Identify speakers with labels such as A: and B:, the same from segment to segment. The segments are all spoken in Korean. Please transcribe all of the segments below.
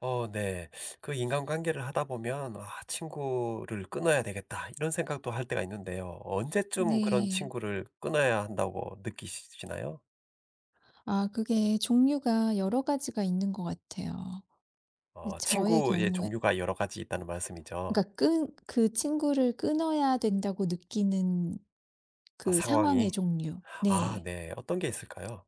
A: 어 네. 그 인간관계를 하다 보면 '아 친구를 끊어야 되겠다.' 이런 생각도 할 때가 있는데요. 언제쯤 그런
B: 네.
A: 친구를 끊어야 한다고 느끼시나요?
B: 아 그게 종류가 여러 가지가 있는 것 같아요. 근데 저의
A: 친구의
B: 경우에
A: 종류가 여러 가지 있다는 말씀이죠.
B: 그러니까 끈 그 친구를 끊어야 된다고 느끼는
A: 아,
B: 그 상황의
A: 상황이.
B: 종류.
A: 아
B: 네.
A: 네. 어떤 게 있을까요?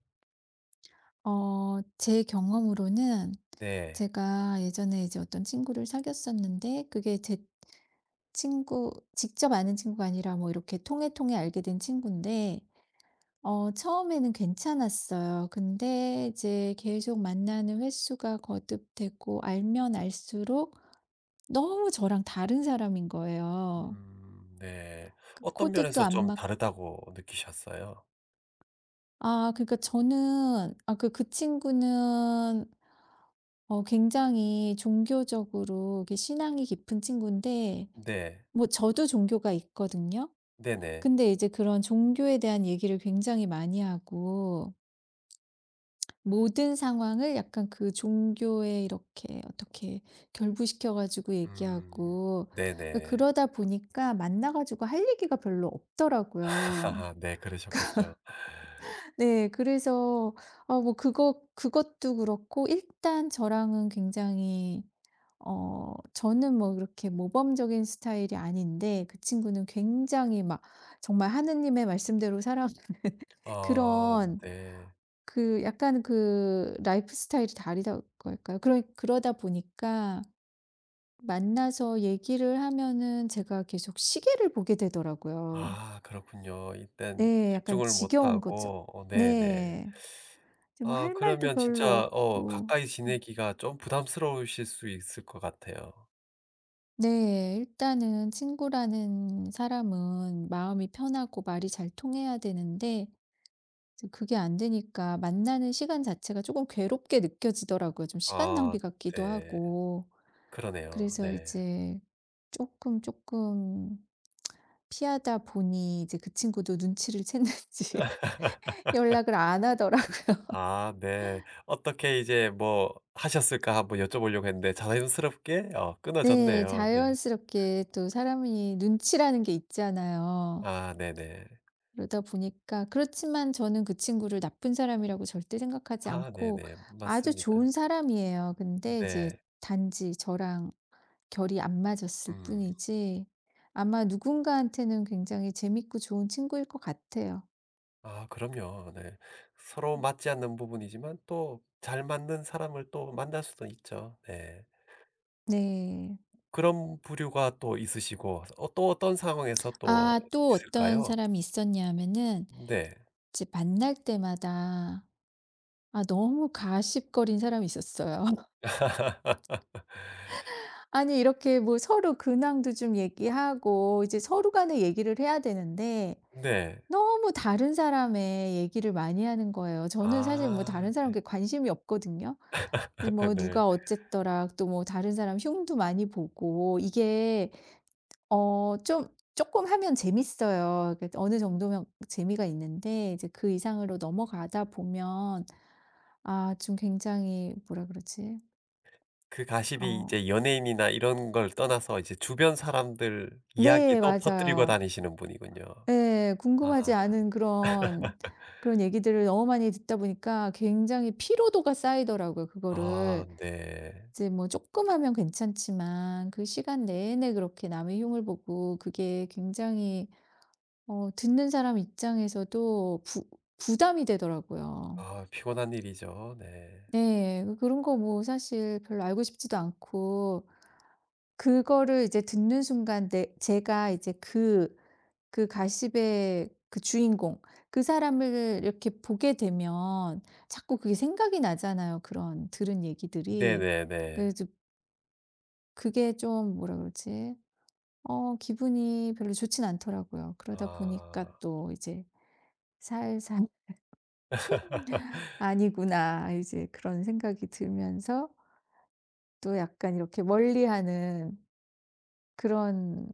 B: 제 경험으로는
A: 네.
B: 제가 예전에 이제 어떤 친구를 사귀었었는데 그게 제 친구 직접 아는 친구가 아니라 뭐 이렇게 통해 알게 된 친군데 처음에는 괜찮았어요. 근데 이제 계속 만나는 횟수가 거듭되고 알면 알수록 너무 저랑 다른 사람인 거예요.
A: 네.
B: 그
A: 어떤
B: 코드도
A: 면에서
B: 안
A: 좀
B: 맞.
A: 다르다고 느끼셨어요?
B: 아 그러니까 저는 아 그 친구는 굉장히 종교적으로 이렇게 신앙이 깊은 친구인데
A: 네.
B: 뭐 저도 종교가 있거든요.
A: 네네.
B: 근데 이제 그런 종교에 대한 얘기를 굉장히 많이 하고 모든 상황을 약간 그 종교에 이렇게 어떻게 결부시켜 가지고
A: 음.
B: 얘기하고
A: 네네.
B: 그러다 보니까 만나 가지고 할 얘기가 별로 없더라고요.
A: 네, 그러셨군요.
B: 네. 그래서 뭐 그거 그것도 그렇고 일단 저랑은 굉장히. 저는 뭐 그렇게 모범적인 스타일이 아닌데 그 친구는 굉장히 막 정말 하느님의 말씀대로 살아가는
A: 어
B: 그런
A: 네.
B: 그 약간 그 라이프 스타일이 다르다 걸까요? 그러다 보니까 만나서 얘기를 하면은 제가 계속 시계를 보게 되더라고요.
A: 아, 그렇군요. 일단
B: 네. 약간
A: 집중을
B: 지겨운 거죠.
A: 못하고 네네.
B: 네. 뭐
A: 아,
B: 할 말도
A: 그러면
B: 별로
A: 진짜
B: 없고.
A: 가까이
B: 음.
A: 지내기가 좀 부담스러우실 수 있을 것 같아요.
B: 네. 일단은 친구라는 사람은 마음이 편하고 말이 잘 통해야 되는데 이제 그게 안 되니까 만나는 시간 자체가 조금 괴롭게 느껴지더라고요. 좀 시간
A: 아
B: 낭비 같기도
A: 네.
B: 하고.
A: 그러네요.
B: 그래서
A: 네.
B: 이제 조금 피하다 보니 이제 그 친구도 눈치를 챘는지 연락을 안 하더라고요.
A: 아 네. 어떻게 이제 뭐 하셨을까 한번 여쭤보려고 했는데 자연스럽게
B: 네.
A: 끊어졌네요. 네.
B: 자연스럽게 또 사람이 눈치라는 게 있잖아요.
A: 아 네네.
B: 그러다 보니까 그렇지만 저는 그 친구를 나쁜 사람이라고 절대 생각하지
A: 아
B: 않고
A: 네네.
B: 아주
A: 맞습니다.
B: 좋은 사람이에요. 근데 이제
A: 네.
B: 단지 저랑 결이 안 맞았을
A: 음.
B: 뿐이지 아마 누군가한테는 굉장히 재밌고 좋은 친구일 것 같아요.
A: 아 그럼요. 네. 서로 맞지 않는 부분이지만 또 잘 맞는 사람을 또 만날 수도 있죠. 네.
B: 네.
A: 그런 부류가 또 있으시고 또 어떤 상황에서 또
B: 아 또 어떤
A: 있을까요?
B: 사람이 있었냐면은
A: 네.
B: 이제 만날 때마다 아 너무 가십거린 사람이 있었어요. 아니 이렇게 뭐 서로 근황도 좀 얘기하고 이제 서로 간에 얘기를 해야 되는데
A: 네.
B: 너무 다른 사람의 얘기를 많이 하는 거예요. 저는 사실 뭐
A: 아
B: 다른 사람 께게 관심이 없거든요. 근데 뭐
A: 네.
B: 누가 어쨌더라 또 뭐 다른 사람 흉도 많이 보고 이게 좀 조금 하면 재밌어요. 그 어느 정도면 재미가 있는데 이제 그 이상으로 넘어가다 보면 아 좀 굉장히 뭐라 그러지?
A: 그 가십이
B: 어
A: 이제 연예인이나 이런 걸 떠나서 이제 주변 사람들
B: 네
A: 이야기도 퍼뜨리고
B: 맞아요.
A: 다니시는 분이군요.
B: 네 궁금하지
A: 아.
B: 않은 그런 얘기들을 너무 많이 듣다 보니까 굉장히 피로도가 쌓이더라고요
A: 아
B: 그거를.
A: 네.
B: 이제 뭐 조금 하면 괜찮지만 그 시간 내내 그렇게 남의 흉을 보고 그게 굉장히 듣는 사람 입장에서도 부 부담이 되더라고요.
A: 아, 피곤한 일이죠. 네.
B: 네. 그런 거 뭐 사실 별로 알고 싶지도 않고 그거를 이제 듣는 순간 내 제가 이제 그 그 가십의 그 주인공 그 사람을 이렇게 보게 되면 자꾸 그게 생각이 나잖아요, 그런 들은 얘기들이.
A: 네네네.
B: 그래서 그게 좀 뭐라 그러지? 기분이 별로 좋진 않더라고요. 그러다 보니까
A: 아.
B: 또 이제 '살살 아니구나.' 이제 그런 생각이 들면서 또 약간 이렇게 멀리하는 그런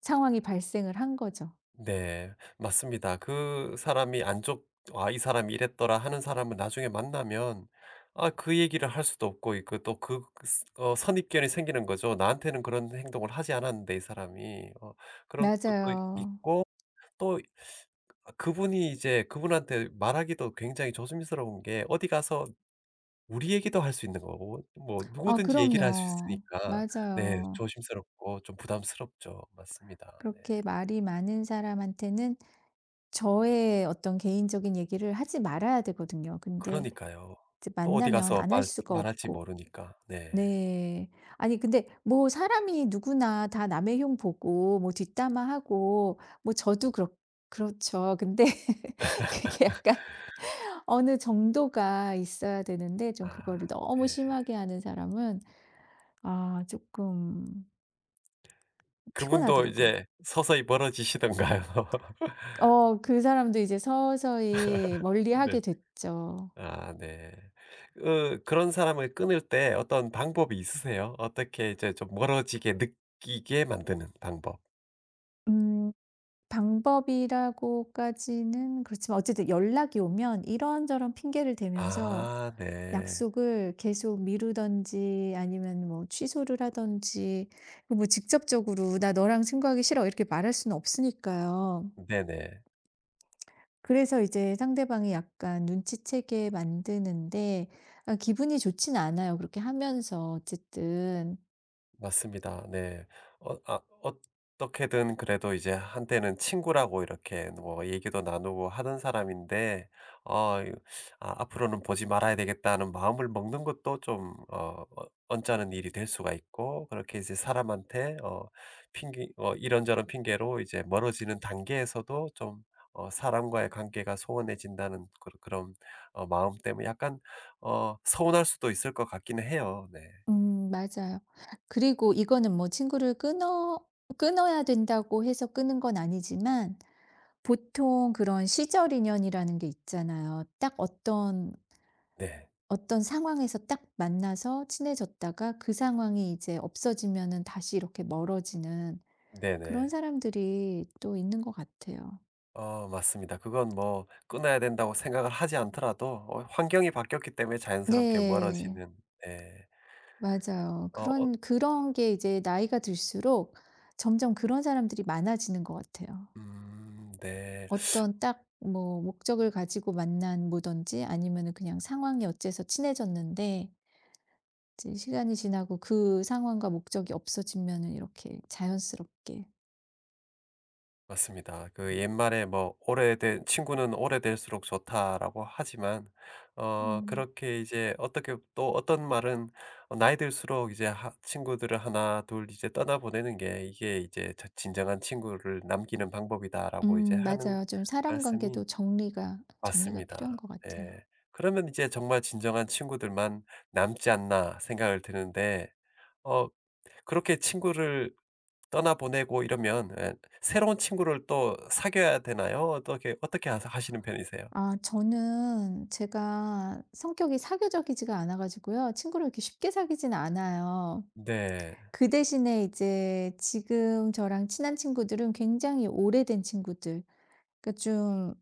B: 상황이 발생을 한 거죠.
A: 네. 맞습니다. 그 사람이 안 좋 "아 이 사람이 이랬더라." 하는 사람은 나중에 만나면 아 그 얘기를 할 수도 없고 그 또 그 스 어 선입견이 생기는 거죠. '나한테는 그런 행동을 하지 않았는데 이 사람이.' 어, 그런 것도
B: 맞아요.
A: 있고 또 아, 그분이 이제 그분한테 말하기도 굉장히 조심스러운 게 어디 가서 우리 얘기도 할 수 있는 거고 뭐
B: 아
A: 누구든지 얘기를 할 수
B: 그럼요.
A: 있으니까 네,
B: 맞아요.
A: 조심스럽고 좀 부담스럽죠. 맞습니다. 네.
B: 그렇게 말이 많은 사람한테는 저의 어떤 개인적인 얘기를 하지 말아야 되거든요. 근데
A: 그러니까요.
B: 이제
A: 또 어디
B: 만나면
A: 가서
B: 안 할
A: 말
B: 수가
A: 말할지
B: 없고.
A: 모르니까. 네.
B: 네. 아니 근데 뭐 사람이 누구나 다 남의 흉 보고 뭐 뒷담화하고 뭐 저도 그렇죠. 근데 그게 약간 어느 정도가 있어야 되는데 좀
A: 아
B: 그거를 너무
A: 네.
B: 심하게 하는 사람은 아 조금
A: 그분도
B: 피곤하더라고요.
A: 이제 서서히 멀어지시던가요?
B: 그 사람도 이제 서서히
A: 네.
B: 멀리하게 됐죠.
A: 아 네. 으, 그런 사람을 끊을 때 어떤 방법이 있으세요? 어떻게 이제 좀 멀어지게 느끼게 만드는 방법.
B: 음 방법이라고까지는 그렇지만 어쨌든 연락이 오면 이런저런 핑계를 대면서
A: 아 네.
B: 약속을 계속 미루든지 아니면 뭐 취소를 하든지 뭐 직접적으로 "나 너랑 친구하기 싫어." 이렇게 말할 수는 없으니까요.
A: 네네.
B: 그래서 이제 상대방이 약간 눈치채게 만드는데 아 기분이 좋진 않아요, 그렇게 하면서 어쨌든.
A: 맞습니다. 네. 어 아 어떻게든 그래도 이제 한때는 친구라고 이렇게 뭐 얘기도 나누고 하던 사람인데 어 이 '아 앞으로는 보지 말아야 되겠다.'는 마음을 먹는 것도 좀 어 언짢은 일이 될 수가 있고, 그렇게 이제 사람한테 핑계, 이런저런 핑계로 이제 멀어지는 단계에서도 좀 어, 사람과의 관계가 소원해진다는 그런 마음 때문에 약간 어, 서운할 수도 있을 것 같기는 해요. 네.
B: 맞아요. 그리고 이거는 뭐 친구를 끊어야 된다고 해서 끊은 건 아니지만 보통 그런 시절 인연이라는 게 있잖아요. 딱 어떤
A: 네.
B: 어떤 상황에서 딱 만나서 친해졌다가 그 상황이 이제 없어지면은 다시 이렇게 멀어지는 그런
A: 네네.
B: 사람들이 또 있는 것 같아요.
A: 어, 맞습니다. 그건 뭐 끊어야 된다고 생각을 하지 않더라도 환경이 바뀌었기 때문에 자연스럽게
B: 네.
A: 멀어지는. 네.
B: 맞아요.
A: 어 어
B: 그런 게 이제 나이가 들수록 점점 그런 사람들이 많아지는 것 같아요.
A: 네.
B: 어떤 딱 뭐 목적을 가지고 만난 뭐든지 아니면은 그냥 상황이 어째서 친해졌는데 이제 시간이 지나고 그 상황과 목적이 없어지면은 이렇게 자연스럽게.
A: 맞습니다. 그 옛말에 뭐 "오래된 친구는 오래될수록 좋다."라고 하지만 어,
B: 음.
A: 그렇게 이제 어떻게 또 어떤 말은 어, 나이 들수록 이제 하 친구들을 하나 둘 이제 떠나보내는 게, 이게 이제 저 "진정한 친구를 남기는 방법이다."라고 이제 하는
B: 맞아요. 좀 사람
A: 말씀이
B: 관계도 정리가 필요한
A: 맞습니다.
B: 것 같아요.
A: 네. 그러면 이제 정말 진정한 친구들만 남지 않나 생각을 드는데 어, 그렇게 친구를 떠나보내고 이러면 에, 새로운 친구를 또 사귀어야 되나요? 어떻게 하 하시는 편이세요?
B: 아 저는 제가 성격이 사교적이지가 않아 가지고요. 친구를 이렇게 쉽게 사귀지는 않아요.
A: 네.
B: 그 대신에 이제 지금 저랑 친한 친구들은 굉장히 오래된 친구들. 그러니까 좀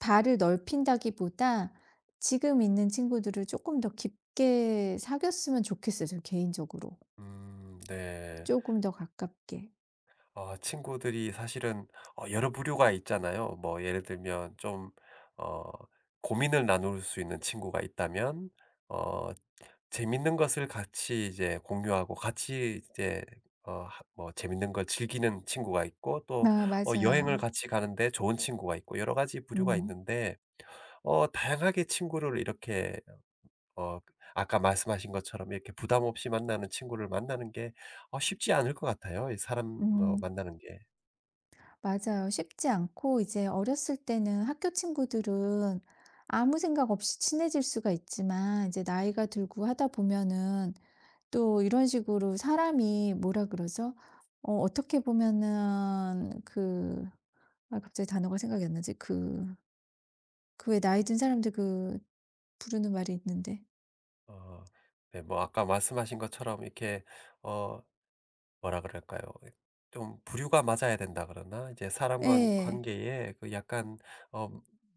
B: 발을 넓힌다기보다 지금 있는 친구들을 조금 더 깊게 사귀었으면 좋겠어요 저 개인적으로.
A: 네.
B: 조금 더 가깝게.
A: 어, 친구들이 사실은 어, 여러 부류가 있잖아요. 뭐 예를 들면 좀 어, 고민을 나눌 수 있는 친구가 있다면 어, 재밌는 것을 같이 이제 공유하고 같이 이제 어 하 뭐 재밌는 걸 즐기는 친구가 있고, 또
B: 아
A: 어, 여행을
B: 맞아요.
A: 같이 가는데 좋은 친구가 있고, 여러 가지 부류가
B: 음.
A: 있는데 어, 다양하게 친구를 이렇게 어, 아까 말씀하신 것처럼 이렇게 부담 없이 만나는 친구를 만나는 게 어, 쉽지 않을 것 같아요, 이 사람 어
B: 음
A: 만나는 게.
B: 맞아요. 쉽지 않고 이제 어렸을 때는 학교 친구들은 아무 생각 없이 친해질 수가 있지만 이제 나이가 들고 하다 보면은 또 이런 식으로 사람이 뭐라 그러죠? 어떻게 보면은 그 아 갑자기 단어가 생각이 안 나지. 그 왜 나이 든 사람들 그 부르는 말이 있는데.
A: 어 네, 뭐 아까 말씀하신 것처럼 이렇게 어, 뭐라 그럴까요? 예, 좀 부류가 맞아야 된다 그러나 이제 사람
B: 예.
A: 관
B: 예.
A: 관계에 그 약간 어,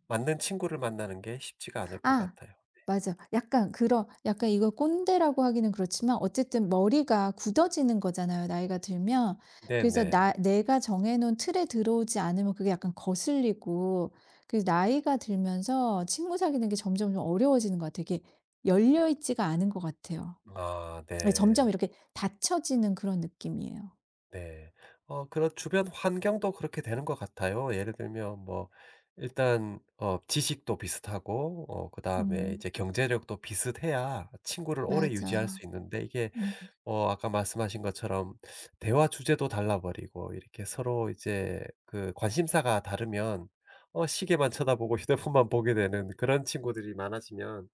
A: 맞는 친구를 만나는 게 쉽지가 않을 것
B: 아.
A: 같아요.
B: 맞아. 약간 그런 약간 이걸 꼰대라고 하기는 그렇지만 어쨌든 머리가 굳어지는 거잖아요, 나이가 들면. 그래서
A: 네네.
B: 나 내가 정해 놓은 틀에 들어오지 않으면 그게 약간 거슬리고 그 나이가 들면서 친구 사귀는 게 점점 좀 어려워지는 것 같아요. 이게 열려 있지가 않은 것 같아요.
A: 아
B: 예 점점
A: 네.
B: 이렇게 닫혀지는 그런 느낌이에요.
A: 네. 어, 그런 주변 환경도 그렇게 되는 것 같아요. 예를 들면 뭐 일단 어, 지식도 비슷하고 어, 그다음에
B: 음.
A: 이제 경제력도 비슷해야 친구를 오래 유지할
B: 맞아요.
A: 수 있는데 이게
B: 음.
A: 어, 아까 말씀하신 것처럼 대화 주제도 달라 버리고 이렇게 서로 이제 그 관심사가 다르면 어, 시계만 쳐다보고 휴대폰만 보게 되는 그런 친구들이 많아지면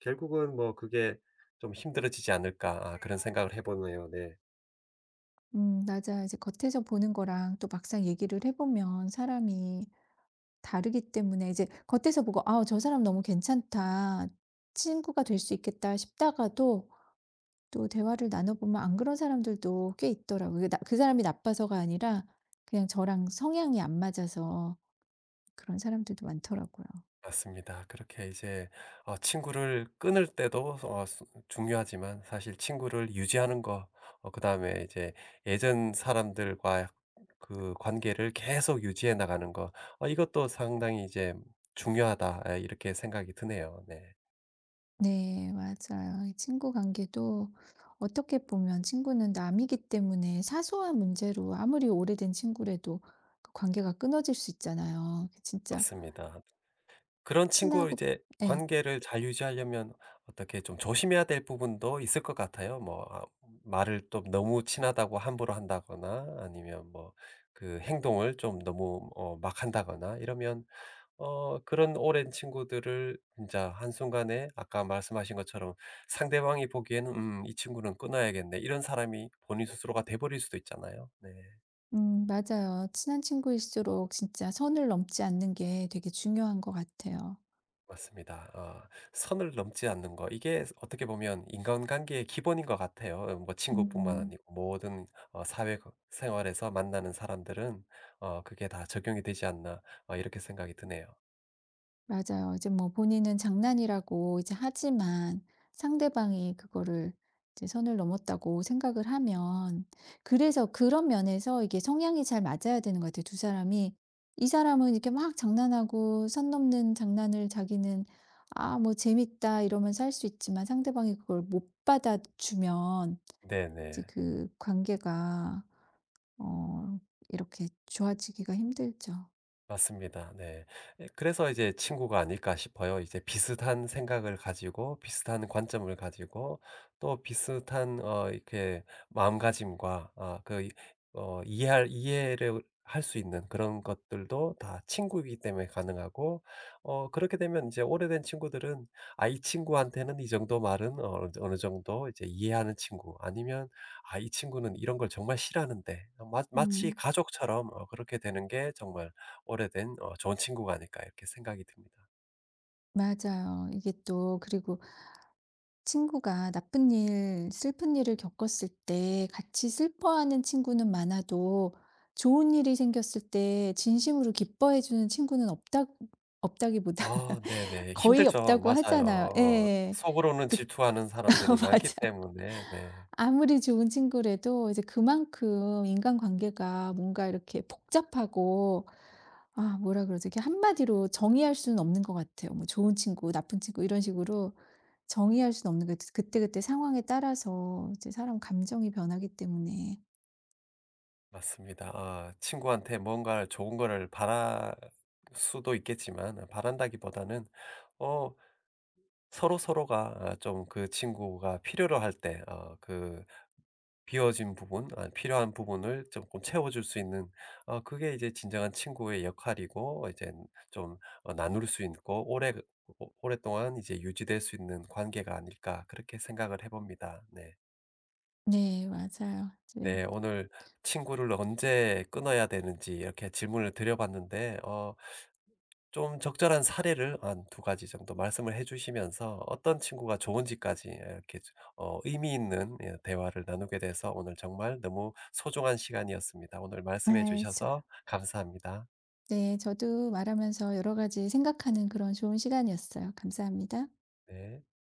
A: 결국은 뭐 그게 좀 힘들어지지 않을까 아 그런 생각을 해 보네요. 네.
B: 맞아요. 이제 겉에서 보는 거랑 또 막상 얘기를 해 보면 사람이 다르기 때문에 이제 겉에서 보고 '아 저 사람 너무 괜찮다. 친구가 될 수 있겠다.' 싶다가도 또 대화를 나눠 보면 안 그런 사람들도 꽤 있더라고요. 게나 그 사람이 나빠서가 아니라 그냥 저랑 성향이 안 맞아서 그런 사람들도 많더라고요.
A: 맞습니다. 그렇게 이제 어, 친구를 끊을 때도 어 수 중요하지만 사실 친구를 유지하는 거, 어 그다음에 이제 예전 사람들과 그 관계를 계속 유지해 나가는 거, 어, 이것도 상당히 이제 중요하다. 예, 이렇게 생각이 드네요. 네.
B: 네 맞아요. 이 친구 관계도 어떻게 보면 친구는 남이기 때문에 사소한 문제로 아무리 오래된 친구라도 그 관계가 끊어질 수 있잖아요. 그 진짜
A: 맞습니다. 그런 친구
B: 친하고.
A: 이제
B: 네.
A: 관계를 잘 유지하려면 어떻게 좀 조심해야 될 부분도 있을 것 같아요. 뭐 아, 말을 또 너무 친하다고 함부로 한다거나, 아니면 뭐 그 행동을 좀 너무 어 막 한다거나 이러면 어, 그런 오랜 친구들을 진짜 한순간에 아까 말씀하신 것처럼 상대방이 보기에는 '음 이 친구는 끊어야겠네.' 이런 사람이 본인 스스로가 돼 버릴 수도 있잖아요. 네.
B: 맞아요. 친한 친구일수록 진짜 선을 넘지 않는 게 되게 중요한 것 같아요.
A: 맞습니다. 어, 선을 넘지 않는 거, 이게 어떻게 보면 인간관계의 기본인 것 같아요. 어 뭐 친구뿐만
B: 음
A: 아니고 모든 어, 사회 생활에서 만나는 사람들은 어, '그게 다 적용이 되지 않나.' 어 이렇게 생각이 드네요.
B: 맞아요. 이제 뭐 본인은 장난이라고 이제 하지만 상대방이 그거를 이제 선을 넘었다고 생각을 하면 그래서 그런 면에서 이게 성향이 잘 맞아야 되는 것 같아요, 두 사람이. 이 사람은 이렇게 막 장난하고 선 넘는 장난을 자기는 '아 뭐 재밌다.' 이러면서 할 수 있지만 상대방이 그걸 못 받아주면 이제
A: 네네.
B: 그 관계가 어 이렇게 좋아지기가 힘들죠.
A: 맞습니다. 네. 에, 그래서 이제 친구가 아닐까 싶어요. 이제 비슷한 생각을 가지고 비슷한 관점을 가지고 또 비슷한 어 이렇게 마음가짐과 아 그 이 어, 이해할 이해를 할 수 있는 그런 것들도 다 친구이기 때문에 가능하고 어, 그렇게 되면 이제 오래된 친구들은 '아 이 친구한테는 이 정도 말은 어느 정도 이제 이해하는 친구.' 아니면 '아 이 친구는 이런 걸 정말 싫어하는데.' 어, 마 마치
B: 음
A: 가족처럼 어, 그렇게 되는 게 정말 오래된 어, 좋은 친구가 아닐까 이렇게 생각이 듭니다.
B: 맞아요. 이게 또 그리고 친구가 나쁜 일, 슬픈 일을 겪었을 때 같이 슬퍼하는 친구는 많아도 좋은 일이 생겼을 때 진심으로 기뻐해 주는 친구는 없다 없다기보다
A: 아 네네.
B: 거의
A: 힘들죠.
B: 없다고
A: 맞아요.
B: 하잖아요.
A: 어,
B: 예.
A: 속으로는
B: 즉
A: 질투하는 사람들이 많기
B: 맞아요.
A: 때문에. 네.
B: 아무리 좋은 친구라도 이제 그만큼 인간관계가 뭔가 이렇게 복잡하고 아 뭐라 그러죠? 이렇게 한마디로 정의할 수는 없는 것 같아요. 뭐 좋은 친구, 나쁜 친구 이런 식으로 정의할 수는 없는 것 같아요. 그때그때 상황에 따라서 이제 사람 감정이 변하기 때문에.
A: 맞습니다. 아, 친구한테 뭔가 좋은 거를 바랄 수도 있겠지만 어, 바란다기보다는 어, 서로서로가 아 좀 그 친구가 필요로 할 때 어, 그 비어진 부분, 아 필요한 부분을 조금 채워줄 수 있는 어, 그게 이제 진정한 친구의 역할이고, 이제 좀 어, 나눌 수 있고 오래 그, 오 오랫동안 이제 유지될 수 있는 관계가 아닐까 그렇게 생각을 해 봅니다. 네.
B: 네 맞아요. 이제
A: 네 오늘 친구를 언제 끊어야 되는지 이렇게 질문을 드려 봤는데 어, 좀 적절한 사례를 한 두 가지 정도 말씀을 해 주시면서 어떤 친구가 좋은지까지 이렇게 좀 어, 의미 있는 예 대화를 나누게 돼서 오늘 정말 너무 소중한 시간이었습니다. 오늘 말씀해
B: 네. 저
A: 주셔서 감사합니다.
B: 네 저도 말하면서 여러 가지 생각하는 그런 좋은 시간이었어요. 감사합니다.
A: 네.